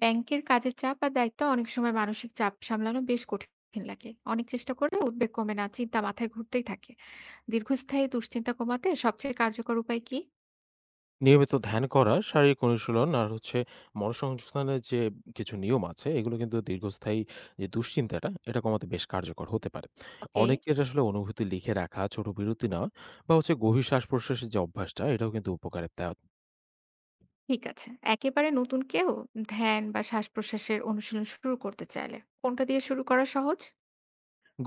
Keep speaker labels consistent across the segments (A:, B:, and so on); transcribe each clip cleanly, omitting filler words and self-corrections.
A: ব্যাংকের কাজের চাপ আর দায়িত্ব অনেক সময় মানসিক চাপ সামলানো বেশ কঠিন লাগে, অনেক চেষ্টা করেও উদ্বেগ কমে না, চিন্তা মাথায় ঘুরতেই থাকে। দীর্ঘস্থায়ী দুশ্চিন্তা কমাতে সবচেয়ে কার্যকর উপায় কি?
B: নিয়মিত ধ্যান করা, শারীরিক অনুশীলন আর মনঃসংযোগস্থানের যে কিছু নিয়ম আছে, এগুলো কিন্তু দীর্ঘস্থায়ী যে দুশ্চিন্তাটা, এটা কমাতে বেশ কার্যকর হতে পারে।
A: ওকে।
B: অনেকের আসলে অনুভূতি লিখে রাখা, ছোট বিরতি নেওয়া বা গভীর শ্বাস-প্রশ্বাসের যে অভ্যাসটা, এটাও কিন্তু উপকারে দেয়।
A: ঠিক আছে। একেবারে নতুন কেউ ধ্যান বা শ্বাস প্রশ্বাসের অনুশীলন শুরু করতে চাইলে কোনটা দিয়ে শুরু করা সহজ?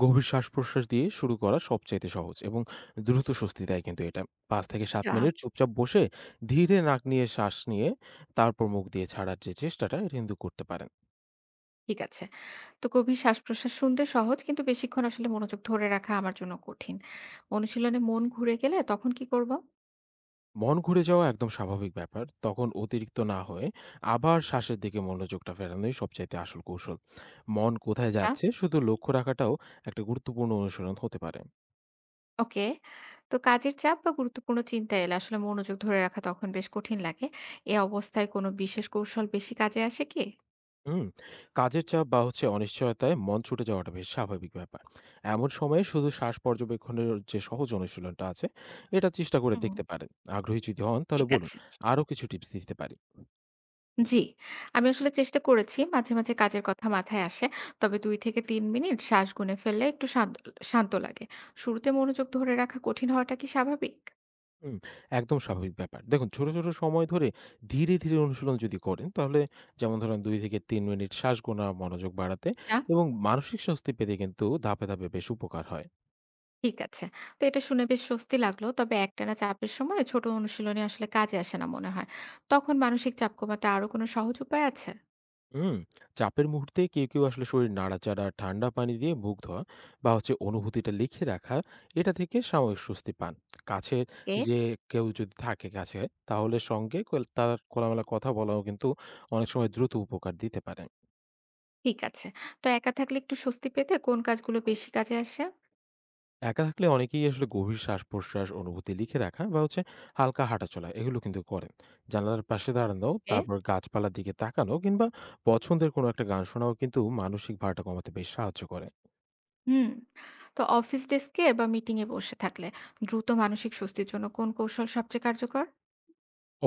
B: গভীর শ্বাস-প্রশ্বাস দিয়ে শুরু করা সবচাইতে সহজ এবং দ্রুত স্বস্তি দেয় কিন্তু এটা। ৫-৭
A: যা।
B: মিনিট চুপচাপ বসে ধীরে নাক নিয়ে শ্বাস নিয়ে তারপর মুখ দিয়ে ছাড়ার যে চেষ্টাটা, এটা কিন্তু করতে পারেন।
A: ঠিক আছে। তো গভীর শ্বাস প্রশ্বাস শুনতে সহজ, কিন্তু বেশিক্ষণ আসলে মনোযোগ ধরে রাখা আমার জন্য কঠিন। অনুশীলনে মন ঘুরে গেলে তখন কি করব?
B: মন ঘুরে যাওয়া একদম স্বাভাবিক ব্যাপার। তখন অতিরিক্ত না হয়ে আবার শ্বাসের দিকে মনোযোগটা ফেরানোই সবচাইতে আসল কৌশল। মন কোথায় যাচ্ছে শুধু লক্ষ্য রাখাটাও একটা গুরুত্বপূর্ণ অনুশীলন হতে পারে।
A: ওকে। তো কাজের চাপ বা গুরুত্বপূর্ণ চিন্তা এলে আসলে মনোযোগ ধরে রাখা তখন বেশ কঠিন লাগে। এ অবস্থায় কোনো বিশেষ কৌশল বেশি কাজে আসে কি?
B: হুম? কাজের চাপ বা অনিশ্চয়তায় মন ছুটে যাওয়াটা বেশ স্বাভাবিক ব্যাপার। এমন সময়ে শুধু শ্বাস পর্যবেক্ষণের যে সহজ অনুশীলনটা আছে, এটা চেষ্টা করে
A: হুম।
B: দেখতে পারেন। আগ্রহী যদি হন তাহলে
A: ঠিক
B: বলুন,
A: আছে।
B: আরো কিছু টিপস দিতে পারি।
A: জি। আমি আসলে চেষ্টা করেছি। মাঝে, মাঝে কাজের কথা মাথায় আসে। তবে ২ থেকে ৩ মিনিট শ্বাস গুনে ফেললে একটু শান্ত শান্ত লাগে। শুরুতে মনোযোগ ধরে রাখা কঠিন হওয়াটা কি স্বাভাবিক?
B: হুম, একদম স্বাভাবিক ব্যাপার। দেখুন ছোট, ছোট সময় ধরে ধীরে, ধীরে অনুশীলন যদি করেন তাহলে যেমন ধরেন ২ থেকে ৩ মিনিট শ্বাস গোনা মনোযোগ বাড়াতে
A: আচ্ছা।
B: এবং মানসিক স্বস্তি পেতে কিন্তু ধাপে, ধাপে বেশ উপকার হয়।
A: ঠিক আছে। তো এটা শুনে বেশ স্বস্তি লাগলো। তবে একটানা চাপের সময় ছোট অনুশীলনী আসলে কাজে আসে না মনে হয়। তখন মানসিক চাপ কমাতে আরো কোনো সহজ উপায় আছে?
B: হুম, চাপের মুহূর্তে কেউ, কেউ আসলে শরীর নাড়াচাড়া, ঠান্ডা পানি দিয়ে মুখ ধোয়া বা অনুভূতিটা লিখে রাখা এটা থেকে সাময়িক স্বস্তি পান। কাছের
A: ওকে।
B: যে কেউ যদি থাকে কাছে তাহলে সঙ্গে কোল তার খোলামেলা কথা বলাও কিন্তু অনেক সময় দ্রুত উপকার দিতে পারে।
A: ঠিক আছে। তো একা থাকলে একটু স্বস্তি পেতে কোন কাজগুলো বেশি কাজে আসে?
B: একা থাকলে অনেকেই আসলে গভীর শ্বাস-প্রশ্বাস, অনুভূতি লিখে রাখা বা হালকা হাঁটাচলা এগুলো কিন্তু করেন। জানালার পাশে দাঁড়ানো,
A: এ।
B: তারপর গাছপালার দিকে তাকানো কিংবা পছন্দের কোনো একটা গান শোনাও কিন্তু মানসিক ভারটা কমাতে বেশ সাহায্য করে।
A: হুম। তো অফিস ডেস্কে বা মিটিং এ বসে থাকলে দ্রুত মানসিক স্বস্তির জন্য কোন কৌশল সবচেয়ে কার্যকর?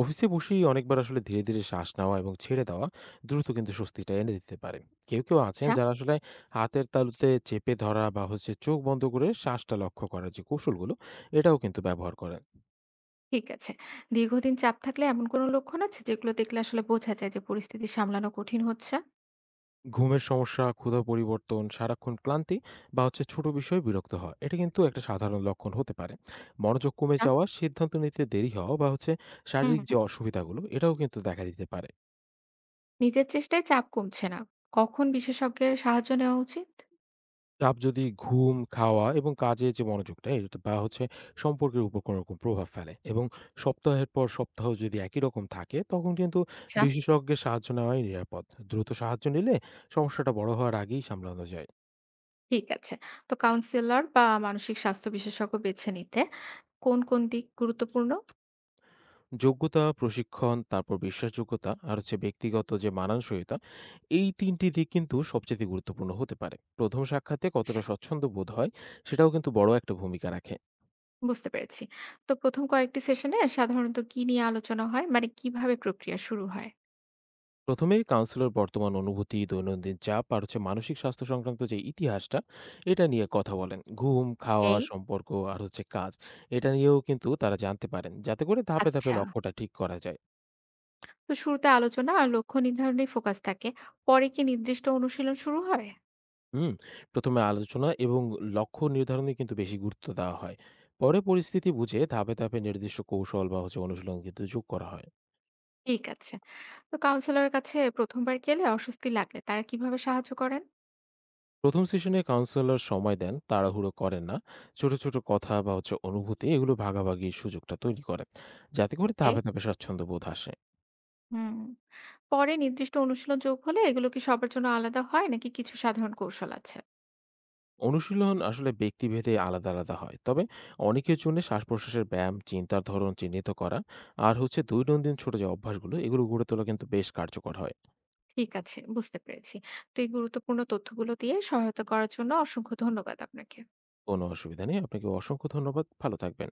B: অফিসে বসেই অনেকবার আসলে ধীরে, ধীরে শ্বাস নেওয়া এবং ছেড়ে দেওয়া দ্রুত কিন্তু স্বস্তিটা এনে দিতে পারে। কেউ, কেউ আছেন
A: আচ্ছা।
B: যারা আসলে হাতের তালুতে চেপে ধরা বা চোখ বন্ধ করে শ্বাসটা লক্ষ্য করার যে কৌশলগুলো, এটাও কিন্তু ব্যবহার করেন।
A: ঠিক আছে। দীর্ঘদিন চাপ থাকলে এমন কোন লক্ষণ আছে যেগুলো দেখলে আসলে বোঝা যায় যে পরিস্থিতি সামলানো কঠিন হচ্ছে?
B: ঘুমের সমস্যা, ক্ষুধা পরিবর্তন, সারাক্ষণ ক্লান্তি বা ছোট বিষয়ে বিরক্ত হওয়া। এটা কিন্তু একটা সাধারণ লক্ষণ হতে পারে। মনোযোগ কমে
A: আচ্ছা।
B: যাওয়া, সিদ্ধান্ত নিতে দেরি হওয়া বা
A: হুম।
B: শারীরিক যে অসুবিধাগুলো এটাও কিন্তু দেখা দিতে পারে।
A: নিজের চেষ্টায় চাপ কমছে না। কখন বিশেষজ্ঞের সাহায্য নেওয়া উচিত?
B: চাপ যদি ঘুম, খাওয়া এবং কাজে যে মনোযোগটা এটা বা সম্পর্কের উপর কোনো রকম প্রভাব ফেলে এবং সপ্তাহের পর সপ্তাহ যদি একই রকম থাকে তখন কিন্তু
A: আচ্ছা।
B: বিশেষজ্ঞের সাহায্য নেওয়াই নিরাপদ। দ্রুত সাহায্য নিলে সমস্যাটা বড় হওয়ার আগেই সামলানো যায়।
A: ঠিক আছে। তো কাউন্সিলর বা মানসিক স্বাস্থ্য বিশেষজ্ঞ বেছে নিতে কোন, কোন দিক গুরুত্বপূর্ণ?
B: যোগ্যতা, প্রশিক্ষণ, তারপর বিশ্বাসযোগ্যতা আর ব্যক্তিগত যে মানানসইতা, এই ৩ টি দিক কিন্তু সবচাইতে গুরুত্বপূর্ণ হতে পারে। প্রথম সাক্ষাতে কতটা
A: আচ্ছা।
B: স্বচ্ছন্দ বোধ হয়, সেটাও কিন্তু বড় একটা ভূমিকা রাখে।
A: বুঝতে পেরেছি। তো ১ম কয়েকটি সেশনে সাধারণত কি নিয়ে আলোচনা হয়? মানে কিভাবে প্রক্রিয়া শুরু হয়?
B: প্রথমে কাউন্সেলর বর্তমান অনুভূতি, দৈনন্দিন চাপ আর মানসিক স্বাস্থ্য সংক্রান্ত যে ইতিহাসটা, এটা নিয়ে কথা বলেন। ঘুম,
A: ওকে।
B: খাওয়া, সম্পর্ক আর কাজ, এটা নিয়েও কিন্তু তারা জানতে পারেন, যাতে করে ধাপে, ধাপে
A: আচ্ছা।
B: লক্ষ্যটা ঠিক করা যায়।
A: তো শুরুতে আলোচনা আর লক্ষ্য নির্ধারণেই ফোকাস থাকে। পরে কি নির্দিষ্ট অনুশীলন শুরু হয়?
B: হুম, প্রথমে আলোচনা এবং লক্ষ্য নির্ধারণে কিন্তু বেশি গুরুত্ব দেওয়া হয়। পরে পরিস্থিতি বুঝে ধাপে, ধাপে নির্দিষ্ট কৌশল বা অনুশীলন কিন্তু যোগ করা হয়।
A: ঠিক আছে। তো কাউন্সিলরের কাছে ১ম বার গেলে অস্বস্তি লাগলে তারা কিভাবে সাহায্য করেন?
B: প্রথম সেশনে কাউন্সেলর সময় দেন, তাড়াহুড়ো করেন না। ছোট, ছোট কথা বা অনুভূতি এগুলো ভাগাভাগির সুযোগটা তৈরি করেন। যাতে করে
A: ওকে।
B: ধাপে, ধাপে স্বাচ্ছন্দ্য বোধ আসে।
A: হুম। পরে নির্দিষ্ট অনুশীলন যোগ হলে এগুলো কি সবার জন্য আলাদা হয় নাকি কিছু সাধারণ কৌশল আছে?
B: অনুশীলন আসলে ব্যক্তিভেদে আলাদা, আলাদা হয়। তবে অনেকের জন্য শ্বাসপ্রশ্বাসের ব্যায়াম, চিন্তার ধরন চিহ্নিত করা আর দৈনন্দিন ছোট যে অভ্যাসগুলো এগুলো গড়ে তোলা কিন্তু বেশ কার্যকর হয়।
A: ঠিক আছে, বুঝতে পেরেছি। তো এই গুরুত্বপূর্ণ তথ্যগুলো দিয়ে সহায়তা করার জন্য অসংখ্য ধন্যবাদ আপনাকে।
B: কোনো অসুবিধা নেই। আপনাকে অসংখ্য ধন্যবাদ। ভালো থাকবেন।